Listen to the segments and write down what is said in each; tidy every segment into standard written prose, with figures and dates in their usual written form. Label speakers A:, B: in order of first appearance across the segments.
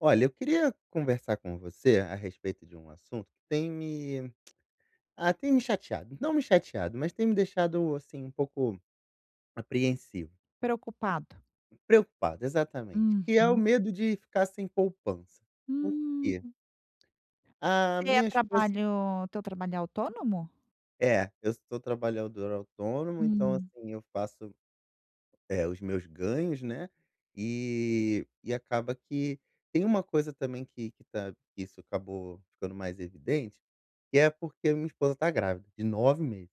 A: Olha, eu queria conversar com você a respeito de um assunto que tem me chateado. Não me chateado, mas tem me deixado, assim, um pouco apreensivo.
B: Preocupado.
A: Preocupado, exatamente. Que é o
B: Uhum.
A: medo de ficar sem poupança. Por
B: Hum.
A: quê? A
B: Você é
A: minha esposa.
B: trabalho teu trabalho é autônomo?
A: É, eu sou trabalhador autônomo, então,
B: Hum.
A: assim, eu faço. É, os meus ganhos, né, e acaba que tem uma coisa também que tá, que isso acabou ficando mais evidente, que é porque minha esposa tá grávida, de 9 meses.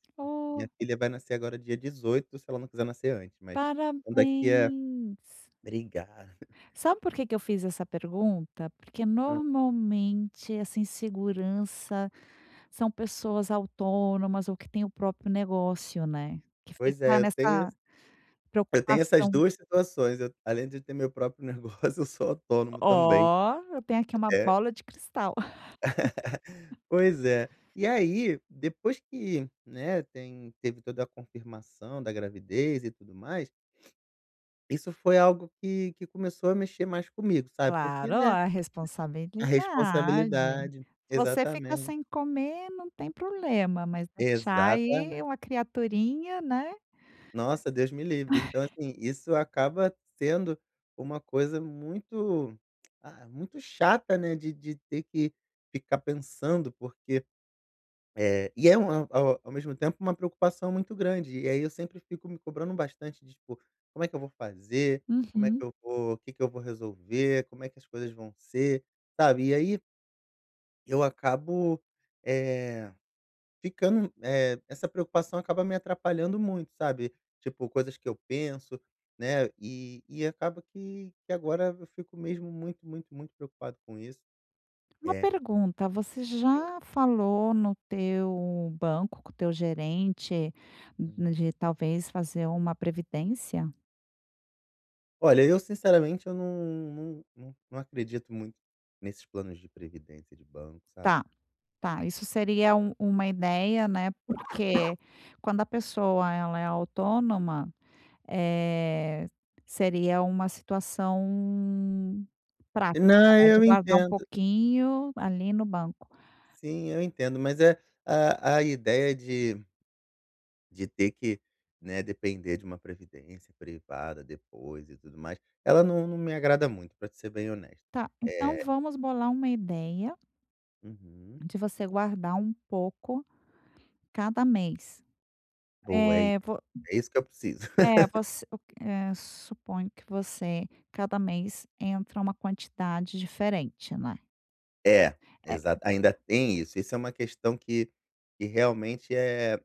A: Minha
B: Oh,
A: filha vai nascer agora dia 18, se ela não quiser nascer antes, mas então daqui a.
B: parabéns.
A: Obrigado.
B: Sabe por que que eu fiz essa pergunta? Porque normalmente essa insegurança são pessoas autônomas ou que têm o próprio negócio, né, que
A: Pois
B: fica
A: é,
B: nessa
A: eu tenho essas
B: preocupação.
A: 2 situações, eu além de ter meu próprio negócio, eu sou autônomo também.
B: Ó, eu tenho aqui uma
A: É.
B: bola de cristal.
A: Pois é. E aí, depois que, né, tem teve toda a confirmação da gravidez e tudo mais, isso foi algo que começou a mexer mais comigo, sabe, porque,
B: Claro,
A: né,
B: a
A: a
B: responsabilidade.
A: responsabilidade,
B: Se você fica
A: exatamente,
B: sem comer, não tem problema, mas deixar
A: exatamen
B: aí uma criaturinha, né.
A: nossa, Deus me livre. Então, assim, isso acaba sendo uma coisa muito, muito chata, né, de ter que ficar pensando, porque... É, e é ao mesmo tempo uma preocupação muito grande, e aí eu sempre fico me cobrando bastante de tipo: "Como é que eu vou fazer? Como é que
B: Uhum.
A: eu vou, o que que eu vou resolver? Como é que as coisas vão ser?", sabe? E aí eu acabo, eh, ficando, essa preocupação acaba me atrapalhando muito, sabe? Tipo, coisas que eu penso, né, e acaba que agora eu fico mesmo muito, muito, muito preocupado com isso.
B: Uma
A: É.
B: pergunta, você
A: Sim.
B: já falou no teu banco, com o teu gerente,
A: Uhum.
B: de talvez fazer uma previdência?
A: Olha, eu sinceramente, eu não acredito muito nesses planos de previdência de banco, sabe.
B: Tá, tá, isso seria uma ideia, né, porque quando a pessoa ela é autônoma. Eh, seria uma situação prática,
A: Não,
B: né, de
A: eu
B: guardar um
A: entendo.
B: pouquinho ali no banco.
A: Sim, eu entendo, mas é a ideia de ter que, né, depender de uma previdência privada depois e tudo mais, ela não me agrada muito, para ser bem honesto.
B: Tá, então
A: É.
B: vamos bolar uma ideia
A: Uhum.
B: de você guardar um pouco cada mês.
A: Boa, é i
B: Eh, vo
A: é isso que eu preciso.
B: é, você o que eh, suponho que você, cada mês, entra uma quantidade diferente, né?
A: É, exato, ainda tem isso. Isso é uma questão que realmente é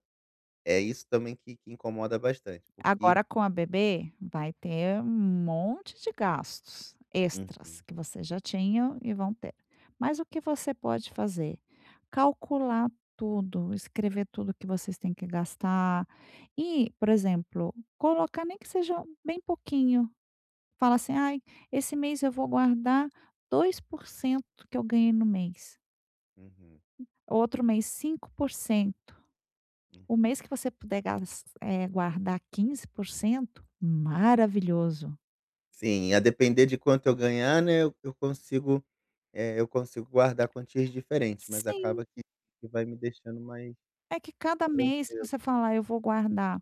A: é isso também que incomoda bastante, porque...
B: Agora com a bebê, vai ter um monte de gastos extras
A: Uhum,
B: que você já tinha e vão ter. Mas o que você pode fazer? Calcular tudo, escrever tudo que vocês têm que gastar e, por exemplo, colocar nem que seja bem pouquinho. Fala assim: "Ai, esse mês eu vou guardar 2% que eu ganhei no mês,
A: uhum,
B: outro mês 5%. O
A: uhum.
B: mês que você puder guardar 15%, maravilhoso."
A: Sim, a depender de quanto eu ganhar, né, eu consigo, eu consigo guardar quantias diferentes, mas
B: Sim,
A: acaba que vai me deixando mais
B: é que cada mês, se
A: tranquilo.
B: você falar: "Ah, eu vou guardar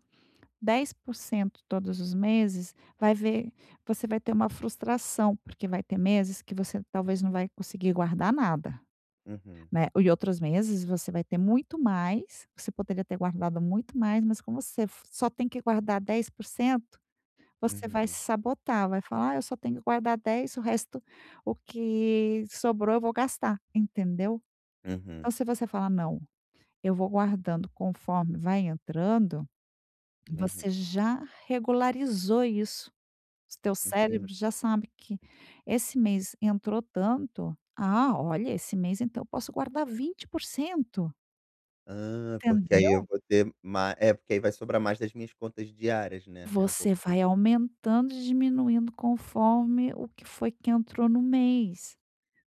B: 10% todos os meses", vai ver, você vai ter uma frustração, porque vai ter meses que você talvez não vai conseguir guardar nada,
A: Uhum,
B: né. E outros meses você vai ter muito mais, você poderia ter guardado muito mais, mas como você f só tem que guardar 10%, você vai se
A: uhum,
B: sabotar, vai falar: "Ah, eu só tenho que guardar 10, o que sobrou eu vou gastar", entendeu. Então
A: uhum,
B: se você falar: "Não, eu vou guardando conforme vai entrando,
A: uhum,
B: você já regularizou isso. O teu cérebro
A: entendi.
B: já sabe que esse mês entrou tanto. Ah, olha, esse mês então eu posso guardar 20%",
A: Ah, porque aí eu
B: entendeu?
A: vou ter mais, é, porque aí vai sobrar mais das minhas contas diárias, né, é um pouco
B: Você
A: isso.
B: vai aumentando e diminuindo conforme o que foi que entrou no mês.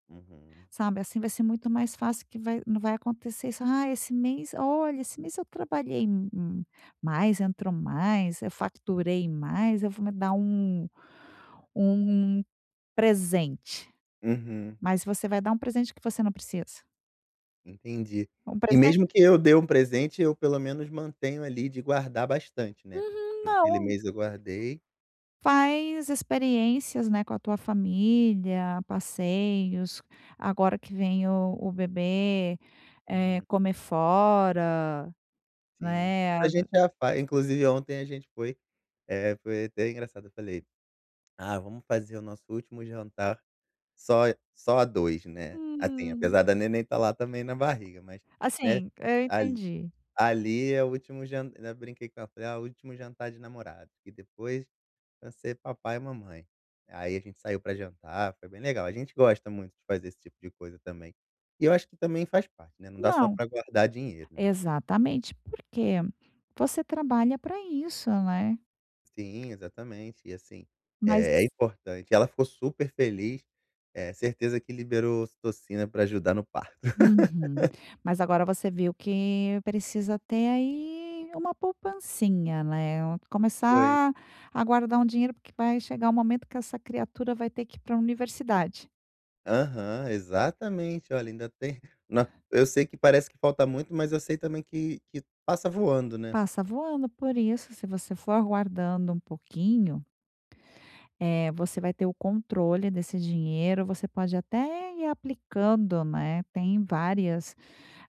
A: Uhum,
B: Sabe, assim vai ser muito mais fácil, que vai não vai acontecer isso: "Ah, esse mês, olha, esse mês eu trabalhei m mais, entrou mais, eu faturei mais, eu vou me dar um um presente".
A: uhum,
B: Mas você vai dar um presente que você não precisa.
A: entendi.
B: Um
A: E
B: presente.
A: mesmo que eu dê um presente, eu pelo menos mantenho ali de guardar bastante, né.
B: Uhum,
A: Naquele
B: não.
A: mês eu guardei.
B: Faz experiências, né, com a tua família, passeios. Agora que vem o bebê,
A: Uhum.
B: comer fora,
A: Sim.
B: né,
A: A
B: às ve
A: gente já faz, inclusive ontem a gente foi, foi até engraçado, eu falei: "Ah, vamos fazer o nosso último jantar só só a dois, né". Assim,
B: Hum.
A: apesar da neném estar lá também na barriga, mas, né,
B: Assim, eu
A: ali
B: entendi.
A: ali é o último jantar, ainda brinquei com ela, falei: "Ah, o último jantar de namorado, que depois vai ser papai e mamãe". Aí a gente saiu pra jantar, foi bem legal. A gente gosta muito de fazer esse tipo de coisa também. E eu acho que também faz parte, né, não dá só
B: Não,
A: pra guardar dinheiro, né.
B: exatamente, porque você trabalha para isso, né.
A: Sim, exatamente. E assim,
B: Mas
A: é importante. Ela ficou super feliz, certeza que liberou ocitocina para ajudar no parto.
B: uhum. Mas agora você viu que precisa ter aí uma poupancinha, né. Um-
A: Foi.
B: começar a guardar um dinheiro, porque vai chegar o momento que essa criatura vai ter que ir para a universidade.
A: Aham, exatamente. Olha, ainda tem na eu sei que parece que falta muito, mas eu sei também que passa voando, né.
B: Passa voando, por isso, se você for guardando um pouquinho. Você vai ter o controle desse dinheiro, você pode até ir aplicando, né, tem várias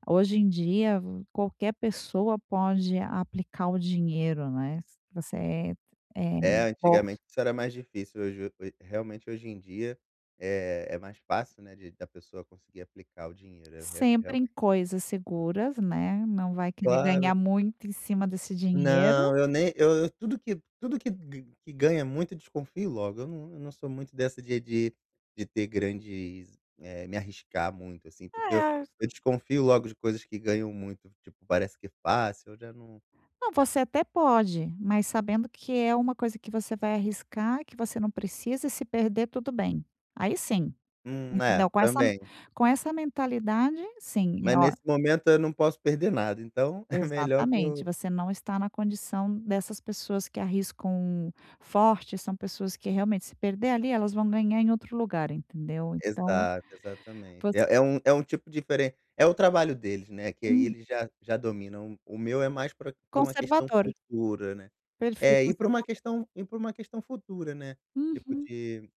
B: hoje em dia, qualquer pessoa pode aplicar o dinheiro, né. Você, é
A: É,
B: bom,
A: antigamente isso era mais difícil, hoje realmente hoje em dia, é mais fácil, né, de da pessoa conseguir aplicar o dinheiro, é re
B: sempre em
A: realmente.
B: coisas seguras, né, não vai querer
A: Claro.
B: ganhar muito em cima desse dinheiro.
A: Não, eu nem, eu tudo que g que ganha muito eu desconfio logo, eu não sou muito dessa de de ter grandes, me arriscar muito, assim, porque
B: É,
A: eu desconfio logo de coisas que ganham muito, tipo, parece que é fácil, eu já não.
B: não, você até pode, mas sabendo que é uma coisa que você vai arriscar, que você não precisa e se perder tudo bem, aí sim.
A: Hum, é,
B: Entendeu? Com essa
A: também.
B: com essa mentalidade, sim,
A: Mas
B: ó,
A: nesse momento eu não posso perder nada, então é melhor que
B: exatamente,
A: eu...
B: você não está na condição dessas pessoas que arriscam forte, são pessoas que realmente se perder ali, elas vão ganhar em outro lugar, entendeu? Então
A: Exato, exatamente.
B: você,
A: É um tipo diferente, é o trabalho deles, né, que aí
B: uhum,
A: eles já dominam, o meu é mais para pra uma questão
B: conservador,
A: futura, né.
B: perfil
A: É, e para uma
B: conservador.
A: questão e para uma questão futura, né, tipo
B: Uhum.
A: de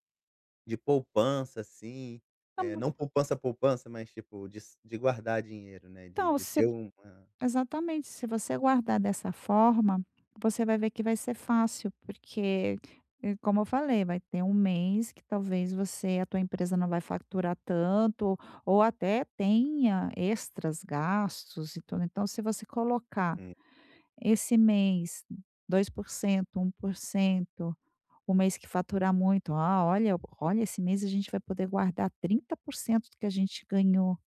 A: poupança, assim, é
B: Então
A: não poupança, poupança, mas tipo de guardar dinheiro, né, de
B: então
A: de
B: se
A: ter uma...
B: Exatamente. Se você guardar dessa forma, você vai ver que vai ser fácil, porque, como eu falei, vai ter um mês que talvez você, a tua empresa não vai faturar tanto, ou até tenha extras gastos e tudo. Então, se você colocar
A: Hum,
B: esse mês 2%, 1%. O mês que faturar muito, ah, olha, olha, esse mês a gente vai poder guardar 30% do que a gente ganhou,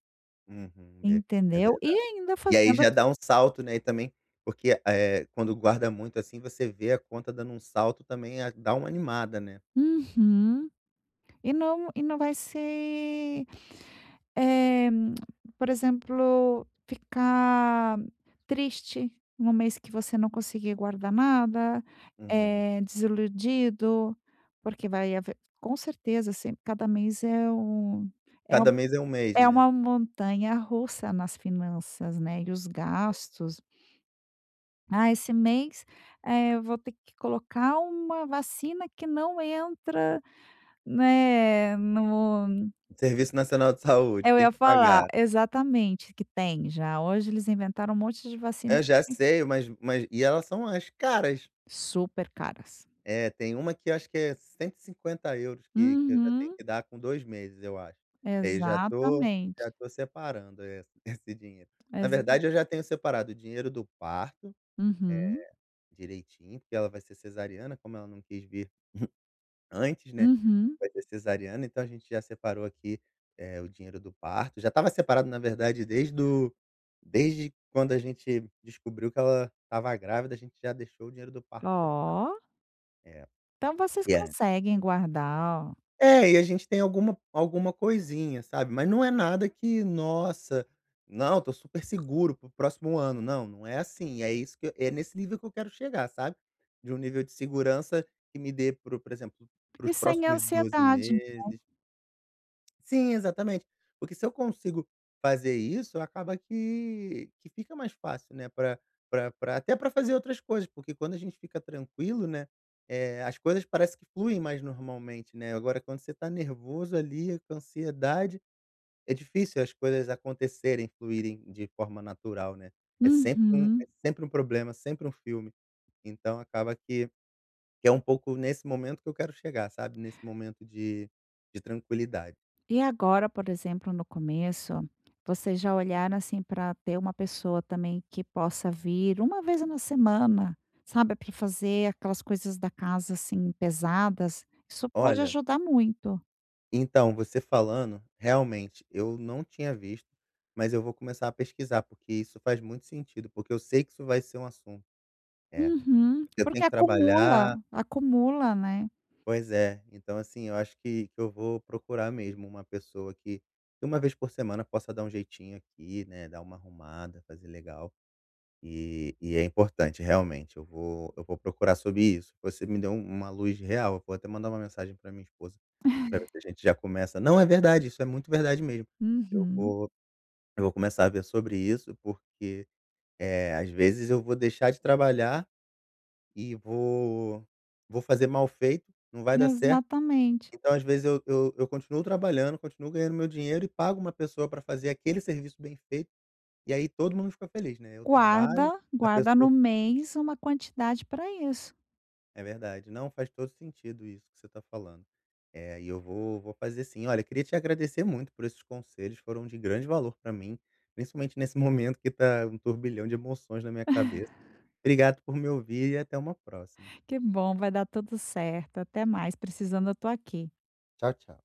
A: uhum, ver é
B: entendeu? E
A: verdade.
B: ainda
A: E aí
B: fazendo.
A: já dá um salto, né, e também porque, é quando guarda muito, assim, você vê a conta dando um salto também, a dá uma animada, né.
B: Uhum. E não vai ser, eh, por exemplo, ficar triste no mês que você não conseguir guardar nada,
A: Uhum.
B: desiludido, porque vai haver com certeza sempre. Cada mês é um
A: Cada mês é um mês,
B: é
A: né.
B: uma montanha russa nas finanças, né, e os gastos. "Ah, esse mês, eu vou ter que colocar uma vacina que não entra, né, no".
A: Serviço Nacional de Saúde,
B: Eu
A: tem
B: ia
A: que
B: falar,
A: pagar.
B: exatamente, que tem já. Hoje eles inventaram um monte de vacinas
A: Eu já sei, mas e elas são as caras.
B: super caras.
A: É, tem uma que eu acho que é 150 € que eu já tenho
B: Uhum,
A: que dar com 2 meses, eu acho. Aí já tô
B: exatamente.
A: já tô separando esse esse dinheiro. Na
B: Exa
A: verdade, eu já tenho separado o dinheiro do parto,
B: uhum,
A: eh, direitinho, porque ela vai ser cesariana, como ela não quis vir antes, né,
B: uhum.
A: vai ser cesariana, então a gente já separou aqui, o dinheiro do parto. Já estava separado, na verdade, desde do desde quando a gente descobriu que ela estava grávida, a gente já deixou o dinheiro do parto separado.
B: Ó,
A: É.
B: então vocês conseguem guardar, ó.
A: É, e a gente tem alguma coisinha, sabe, mas não é nada que: "Nossa, não, tô super seguro pro próximo ano". Não, não é assim, é isso que eu... é nesse nível que eu quero chegar, sabe, de um nível de segurança que me dê pro, por exemplo, para
B: E
A: os
B: sem
A: próximos doze
B: ansiedade.
A: meses Sim, exatamente. Porque se eu consigo fazer isso, acaba que fica mais fácil, né, pra pra até para fazer outras coisas, porque quando a gente fica tranquilo, né, as coisas parece que fluem mais normalmente, né. Agora quando você tá nervoso ali, com ansiedade, é difícil as coisas acontecerem, fluírem de forma natural, né. É sempre um é
B: Uhum.
A: sempre um problema, sempre um filme. Então acaba que é um pouco nesse momento que eu quero chegar, sabe, nesse momento de tranquilidade.
B: E agora, por exemplo, no começo, vocês já olharam assim para ter uma pessoa também que possa vir uma vez na semana, sabe, para fazer aquelas coisas da casa assim pesadas. Isso pode
A: Olha.
B: ajudar muito.
A: Então, você falando, realmente, eu não tinha visto, mas eu vou começar a pesquisar, porque isso faz muito sentido, porque eu sei que isso vai ser um assunto. É,
B: Uhum,
A: eu tenho
B: porque
A: que
B: acumula,
A: trabalhar,
B: acumula, né.
A: pois é. Então, assim, eu acho que eu vou procurar mesmo uma pessoa que uma vez por semana, possa dar um jeitinho aqui, né, dar uma arrumada, fazer legal. E é importante, realmente, eu vou procurar sobre isso. Você me deu uma luz real, eu vou até mandar uma mensagem para minha esposa. Pra ver se a gente já começa, não, é verdade, isso é muito verdade mesmo. Eu
B: Uhum,
A: vou eu vou começar a ver sobre isso, porque, às vezes eu vou deixar de trabalhar e vou fazer mal feito, não vai dar certo.
B: exatamente.
A: Então, às vezes, eu continuo trabalhando, continuo ganhando meu dinheiro e pago uma pessoa para fazer aquele serviço bem feito, e aí todo mundo fica feliz, né, eu trabalho,
B: Guarda,
A: a
B: guarda no
A: pessoa...
B: mês uma quantidade para isso.
A: É verdade. Não, faz todo sentido isso que você está falando. É, e eu vou, vou fazer sim. Olha, queria te agradecer muito por esses conselhos, foram de grande valor para mim, principalmente nesse momento que está um turbilhão de emoções na minha cabeça. Obrigado por me ouvir e até uma próxima.
B: Que bom, vai dar tudo certo. Até mais, precisando eu estou aqui.
A: Tchau, tchau.